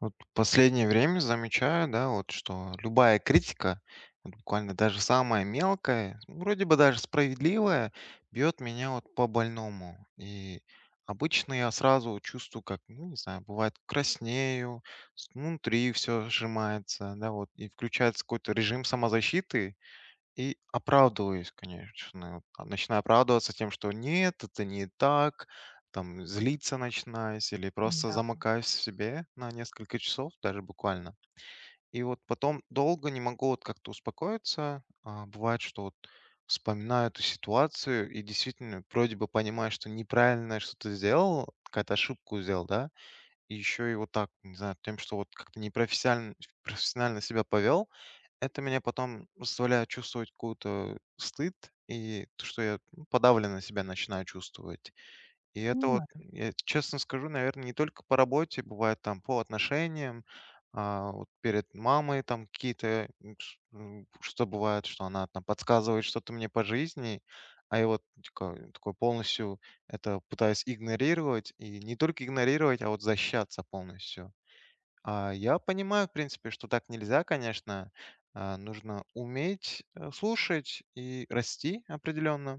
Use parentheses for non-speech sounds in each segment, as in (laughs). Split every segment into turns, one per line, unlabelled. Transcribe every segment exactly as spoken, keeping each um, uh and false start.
Вот последнее время замечаю, да, вот что любая критика, вот буквально даже самая мелкая, ну, вроде бы даже справедливая, бьет меня вот по больному. И обычно я сразу чувствую, как, ну, не знаю, бывает краснею, с- внутри все сжимается, да, вот, и включается какой-то режим самозащиты, и оправдываюсь, конечно. вот, А Начинаю оправдываться тем, что нет, это не так. Там злиться начинаюсь или просто
Да,
замыкаюсь в себе на несколько часов, даже буквально. И вот потом долго не могу вот как-то успокоиться. А, бывает, что вот вспоминаю эту ситуацию и действительно вроде бы понимаю, что неправильно что-то сделал, какую-то ошибку сделал, да, и еще и вот так, не знаю, тем, что вот как-то непрофессионально профессионально себя повел, это меня потом заставляет чувствовать какой-то стыд и то, что я, ну, подавленно себя начинаю чувствовать. И это вот,
понимаю.
я честно скажу, наверное, не только по работе, бывает там по отношениям, а, вот перед мамой там какие-то, м, ш- м, что бывает, что она там подсказывает что-то мне по жизни, а я вот такой, такой полностью это пытаюсь игнорировать, и не только игнорировать, а вот защищаться полностью. А, я понимаю, в принципе, что так нельзя, конечно. А, нужно уметь, э, слушать и расти определенно.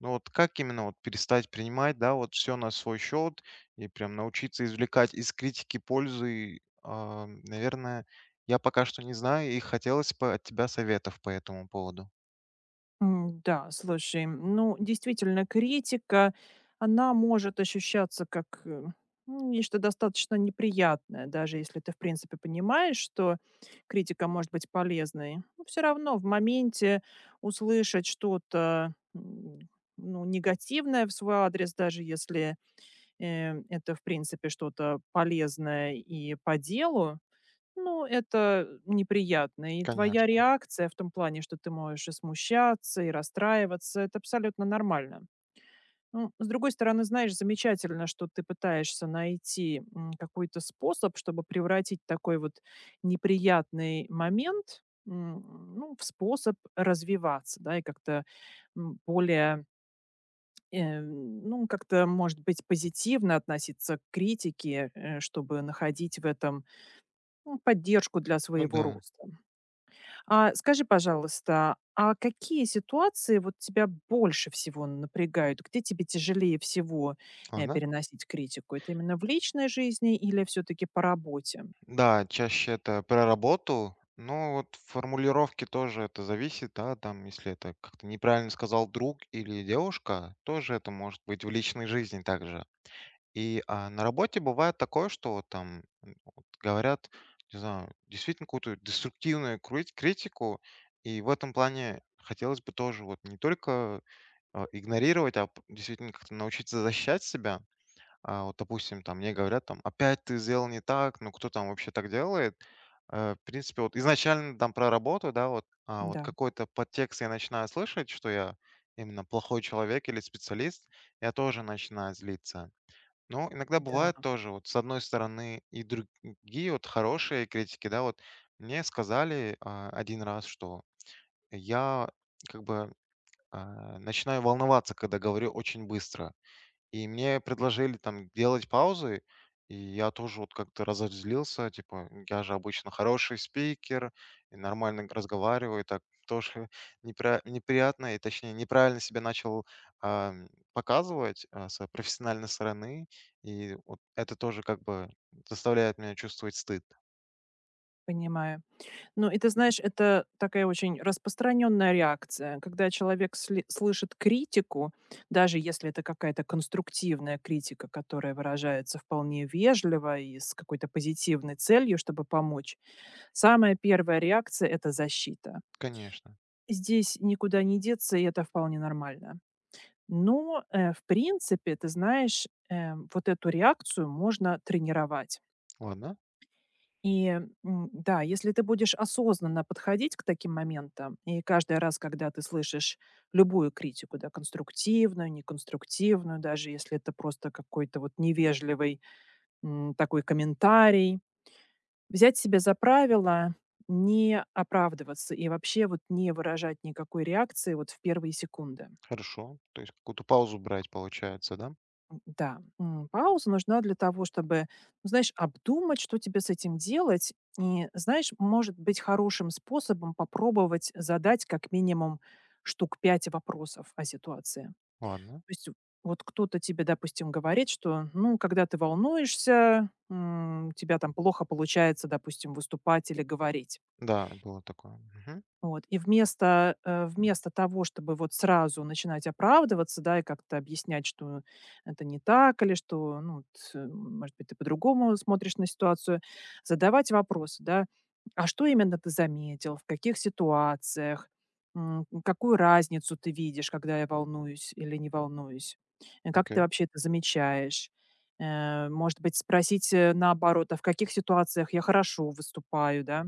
Но вот как именно вот перестать принимать, да, вот все на свой счет и прям научиться извлекать из критики пользу, а, наверное, я пока что не знаю, и хотелось бы от тебя советов по этому поводу.
М, да, слушай, м, ну, действительно, критика, она может ощущаться как, э, ну, нечто достаточно неприятное, даже если ты, в принципе, понимаешь, что критика может быть полезной. Все равно в моменте услышать что-то, м, ну, негативное в свой адрес, даже если, э, это, в принципе, что-то полезное и по делу. Ну, это неприятно. И твоя
Конечно.
реакция в том плане, что ты можешь и смущаться, и расстраиваться, это абсолютно нормально. Ну, с другой стороны, знаешь, замечательно, что ты пытаешься найти м, какой-то способ, чтобы превратить такой вот неприятный момент, м, ну, в способ развиваться, да, и как-то м, более, э, ну, как-то, может быть, позитивно относиться к критике, э, чтобы находить в этом ну, поддержку для
Ну
своего
да.
роста. А скажи, пожалуйста, а какие ситуации вот тебя больше всего напрягают? Где тебе тяжелее всего, э,
Ладно.
переносить критику? Это именно в личной жизни или все таки по работе?
Да, чаще это про работу, но вот формулировки тоже это зависит, да, там, если это как-то неправильно сказал друг или девушка, тоже это может быть в личной жизни также. И а, на работе бывает такое, что вот там, м, вот говорят, не знаю, действительно какую-то деструктивную кру- критику, и в этом плане хотелось бы тоже вот не только, а, игнорировать, а п- действительно как-то научиться защищать себя. А вот, допустим, там мне говорят, там, опять ты сделал не так, ну кто там вообще так делает? Э, в принципе, вот изначально там про работу, да, вот, а, вот
Да,
какой-то подтекст я начинаю слышать, что я именно плохой человек или специалист, я тоже начинаю злиться. Но иногда
да,
бывает тоже, вот с одной стороны и другие вот хорошие критики, да, вот мне сказали, а, один раз, что я как бы, а, начинаю волноваться, когда говорю очень быстро. И мне предложили там делать паузы, и я тоже вот как-то разозлился, типа, я же обычно хороший спикер, и нормально г- разговариваю, так тоже (laughs) непра- неприятно, и точнее неправильно себя начал, а, м, показывать, а, с профессиональной стороны, и вот это тоже как бы заставляет меня чувствовать стыд.
понимаю. Ну, и ты знаешь, это такая очень распространенная реакция, когда человек сли слышит критику, даже если это какая-то конструктивная критика, которая выражается вполне вежливо и с какой-то позитивной целью, чтобы помочь. Самая первая реакция — это защита.
Конечно.
Здесь никуда не деться, и это вполне нормально. Но, э, в принципе, ты знаешь, э, вот эту реакцию можно тренировать.
Ладно,
И, м, да, если ты будешь осознанно подходить к таким моментам, и каждый раз, когда ты слышишь любую критику, да, конструктивную, неконструктивную, даже если это просто какой-то вот невежливый, м, такой комментарий, взять себе за правило не оправдываться и вообще вот не выражать никакой реакции вот в первые секунды.
хорошо. То есть какую-то паузу брать получается, да?
Да, м, пауза нужна для того, чтобы, ну, знаешь, обдумать, что тебе с этим делать. И, знаешь, может быть хорошим способом попробовать задать как минимум штук пять вопросов о ситуации. То
Ладно.
есть вот кто-то тебе, допустим, говорит, что, ну, когда ты волнуешься, м, у тебя там плохо получается, допустим, выступать или говорить.
Да, было такое. Мгм.
Вот. И вместо, э, вместо того, чтобы вот сразу начинать оправдываться, да, и как-то объяснять, что это не так, или что, ну, т- может быть, ты по-другому смотришь на ситуацию, задавать вопросы, да, а что именно ты заметил, в каких ситуациях. М, какую разницу ты видишь, когда я волнуюсь или не волнуюсь? Э, как ты
Окей.
вообще это замечаешь? Э, может быть, спросить э, наоборот, а в каких ситуациях я хорошо выступаю, да?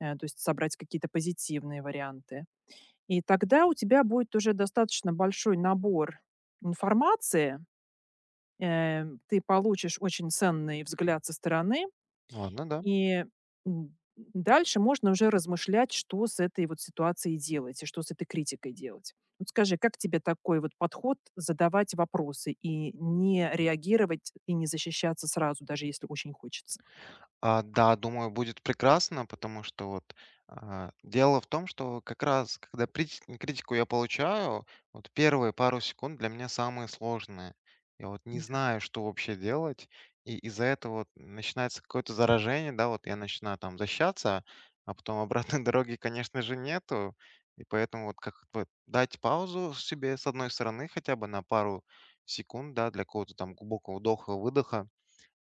Э, то есть собрать какие-то позитивные варианты. И тогда у тебя будет уже достаточно большой набор информации. Э, ты получишь очень ценный взгляд со стороны,
Ладно, да.
и м, дальше можно уже размышлять, что с этой вот ситуацией делать и что с этой критикой делать. Вот скажи, как тебе такой вот подход задавать вопросы и не реагировать и не защищаться сразу, даже если очень хочется?
А, да, думаю, будет прекрасно, потому что вот, а, дело в том, что как раз, когда прит- критику я получаю, вот первые пару секунд для меня самые сложные. Я вот не
Да,
знаю, что вообще делать, и из-за этого вот начинается какое-то заражение, да, вот я начинаю там защищаться, а потом обратной (laughs) дороги, конечно же, нету, и поэтому вот как бы дать паузу себе с одной стороны хотя бы на пару секунд, да, для какого-то там глубокого вдоха-выдоха,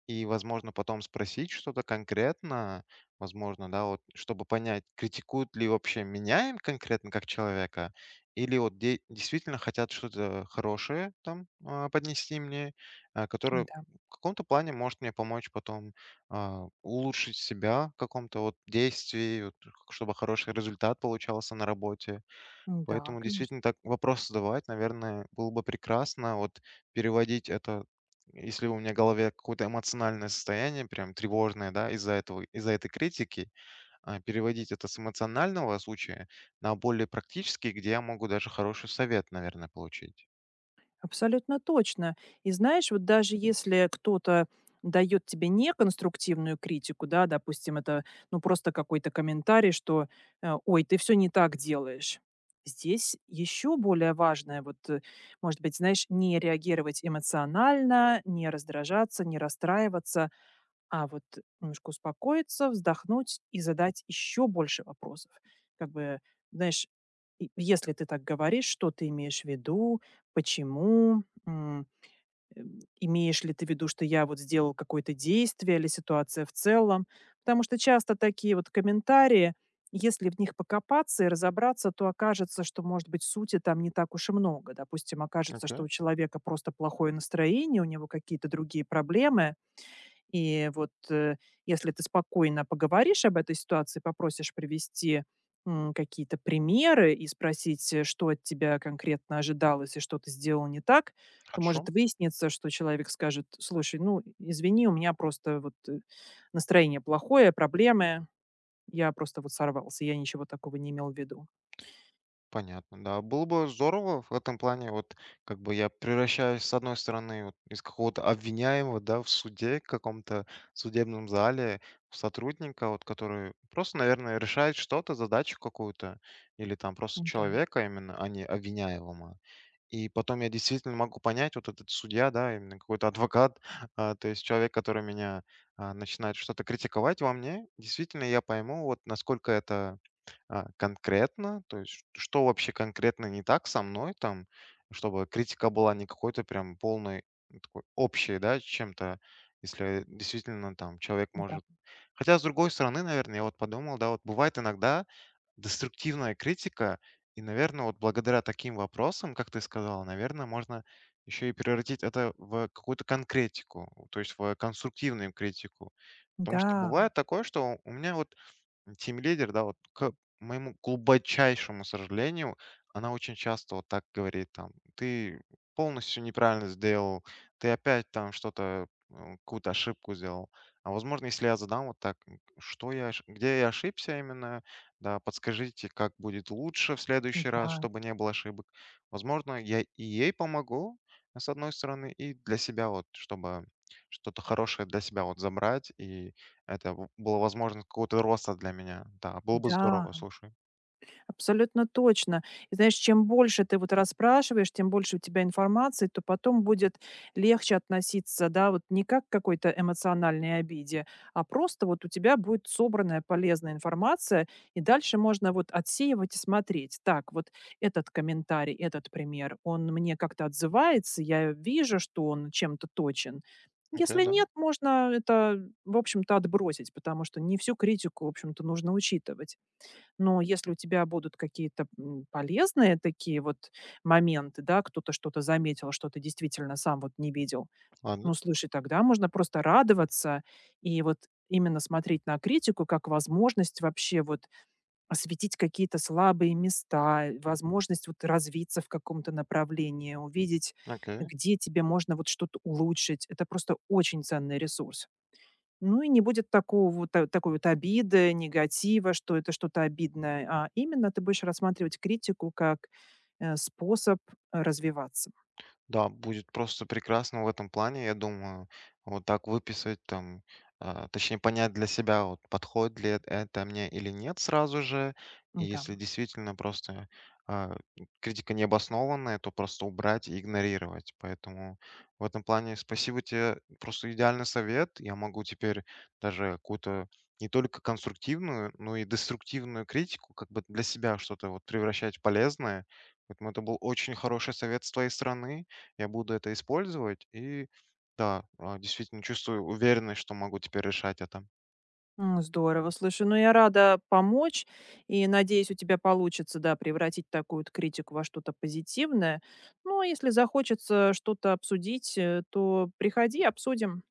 и, возможно, потом спросить что-то конкретно, возможно, да, вот, чтобы понять, критикуют ли вообще меня им конкретно как человека, или вот де- действительно хотят что-то хорошее там, а, поднести мне, а, которое
да,
в каком-то плане может мне помочь потом, а, улучшить себя в каком-то вот действии, вот, чтобы хороший результат получался на работе.
да,
Поэтому
конечно.
действительно так вопрос задавать, наверное, было бы прекрасно. Вот переводить это, если у меня в голове какое-то эмоциональное состояние, прям тревожное, да, из-за этого, из-за этой критики, а, переводить это с эмоционального случая на более практический, где я могу даже хороший совет, наверное, получить.
Абсолютно точно. И знаешь, вот даже если кто-то дает тебе неконструктивную критику, да, допустим, это ну просто какой-то комментарий, что э, ой, ты все не так делаешь. Здесь еще более важное, вот, э, может быть, знаешь, не реагировать эмоционально, не раздражаться, не расстраиваться, а вот немножко успокоиться, вздохнуть и задать еще больше вопросов. Как бы, знаешь, и если ты так говоришь, что ты имеешь в виду, почему, м, э, имеешь ли ты в виду, что я вот сделал какое-то действие или ситуация в целом. Потому что часто такие вот комментарии, если в них покопаться и разобраться, то окажется, что, может быть, сути там не так уж и много. Допустим, окажется,
Окей,
что у человека просто плохое настроение, у него какие-то другие проблемы, и вот, э, если ты спокойно поговоришь об этой ситуации, попросишь привести, м, какие-то примеры и спросить, э, что от тебя конкретно ожидалось и что ты сделал не так, то
хорошо.
может выясниться, что человек скажет: "Слушай, ну, извини, у меня просто вот, э, настроение плохое, проблемы. Я просто вот сорвался, я ничего такого не имел в виду".
Понятно, да. Было бы здорово в этом плане, вот как бы я превращаюсь, с одной стороны, вот, из какого-то обвиняемого, да, в суде, в каком-то судебном зале, в сотрудника, вот, который просто, наверное, решает что-то, задачу какую-то, или там просто
Да,
человека именно, а не обвиняемого. И потом я действительно могу понять, вот этот судья, да, именно какой-то адвокат, (laughs) а, то есть человек, который меня, а, начинает что-то критиковать во мне, действительно я пойму, вот насколько это, а, конкретно? То есть что вообще конкретно не так со мной там, чтобы критика была не какой-то прям полной, ну, такой общей, да, чем-то, если действительно там человек
да,
может. Хотя, с другой стороны, наверное, я вот подумал, да, вот бывает иногда деструктивная критика, и, наверное, вот благодаря таким вопросам, как ты сказала, наверное, можно еще и превратить это в какую-то конкретику, то есть в конструктивную критику. Потому что
да,
бывает такое, что у меня вот лидер, да, вот, к моему глубочайшему сожалению, она очень часто вот так говорит там: "Ты полностью неправильно сделал, ты опять там что-то, м, какую-то ошибку сделал". А возможно, если я задам вот так: "М, Что я ош где я ошибся именно? Да, подскажите, как будет лучше в следующий раз,
да,
чтобы не было ошибок". Возможно, я и ей помогу, а, с одной стороны, и для себя вот, чтобы что-то хорошее для себя вот забрать и это б была возможность какого-то роста для меня. Да, было бы здорово,
да.
слушай.
Абсолютно точно. И знаешь, чем больше ты вот расспрашиваешь, тем больше у тебя информации, то потом будет легче относиться, да, вот не как к какой-то эмоциональной обиде, а просто вот у тебя будет собранная полезная информация, и дальше можно вот отсеивать и смотреть. Так, вот этот комментарий, этот пример, он мне как-то отзывается, я вижу, что он чем-то точен.
Окей,
Если
да.
нет, можно это, в общем-то, отбросить, потому что не всю критику, в общем-то, нужно учитывать. Но если у тебя будут какие-то, м, полезные такие вот моменты, да, кто-то что-то заметил, что ты действительно сам вот не видел, ну,
Ладно,
слушай, тогда можно просто радоваться и вот именно смотреть на критику как возможность вообще вот осветить какие-то слабые места, э, возможность вот развиться в каком-то направлении, увидеть,
окей.
где тебе можно вот что-то улучшить. Это просто очень ценный ресурс. Ну и не будет такого вот та такой вот обиды, негатива, что это что-то обидное, а именно ты будешь рассматривать критику как, э, способ э, развиваться.
Да, будет просто прекрасно в этом плане, я думаю. Вот так выписать там, а, точнее понять для себя, вот подходит ли эт- это мне или нет сразу же. И
Да.
если действительно просто, а, критика необоснованная, то просто убрать и игнорировать. Поэтому в этом плане спасибо тебе, просто идеальный совет. Я могу теперь даже какую-то не только конструктивную, но и деструктивную критику, как бы для себя что-то вот превращать в полезное. Поэтому это был очень хороший совет с твоей стороны, я буду это использовать. И да, а, действительно чувствую уверенность, что могу теперь решать это.
М, здорово, слушай, ну я рада помочь и надеюсь, у тебя получится, да, превратить такую вот критику во что-то позитивное. Ну, а если захочется что-то обсудить, э, то приходи, обсудим.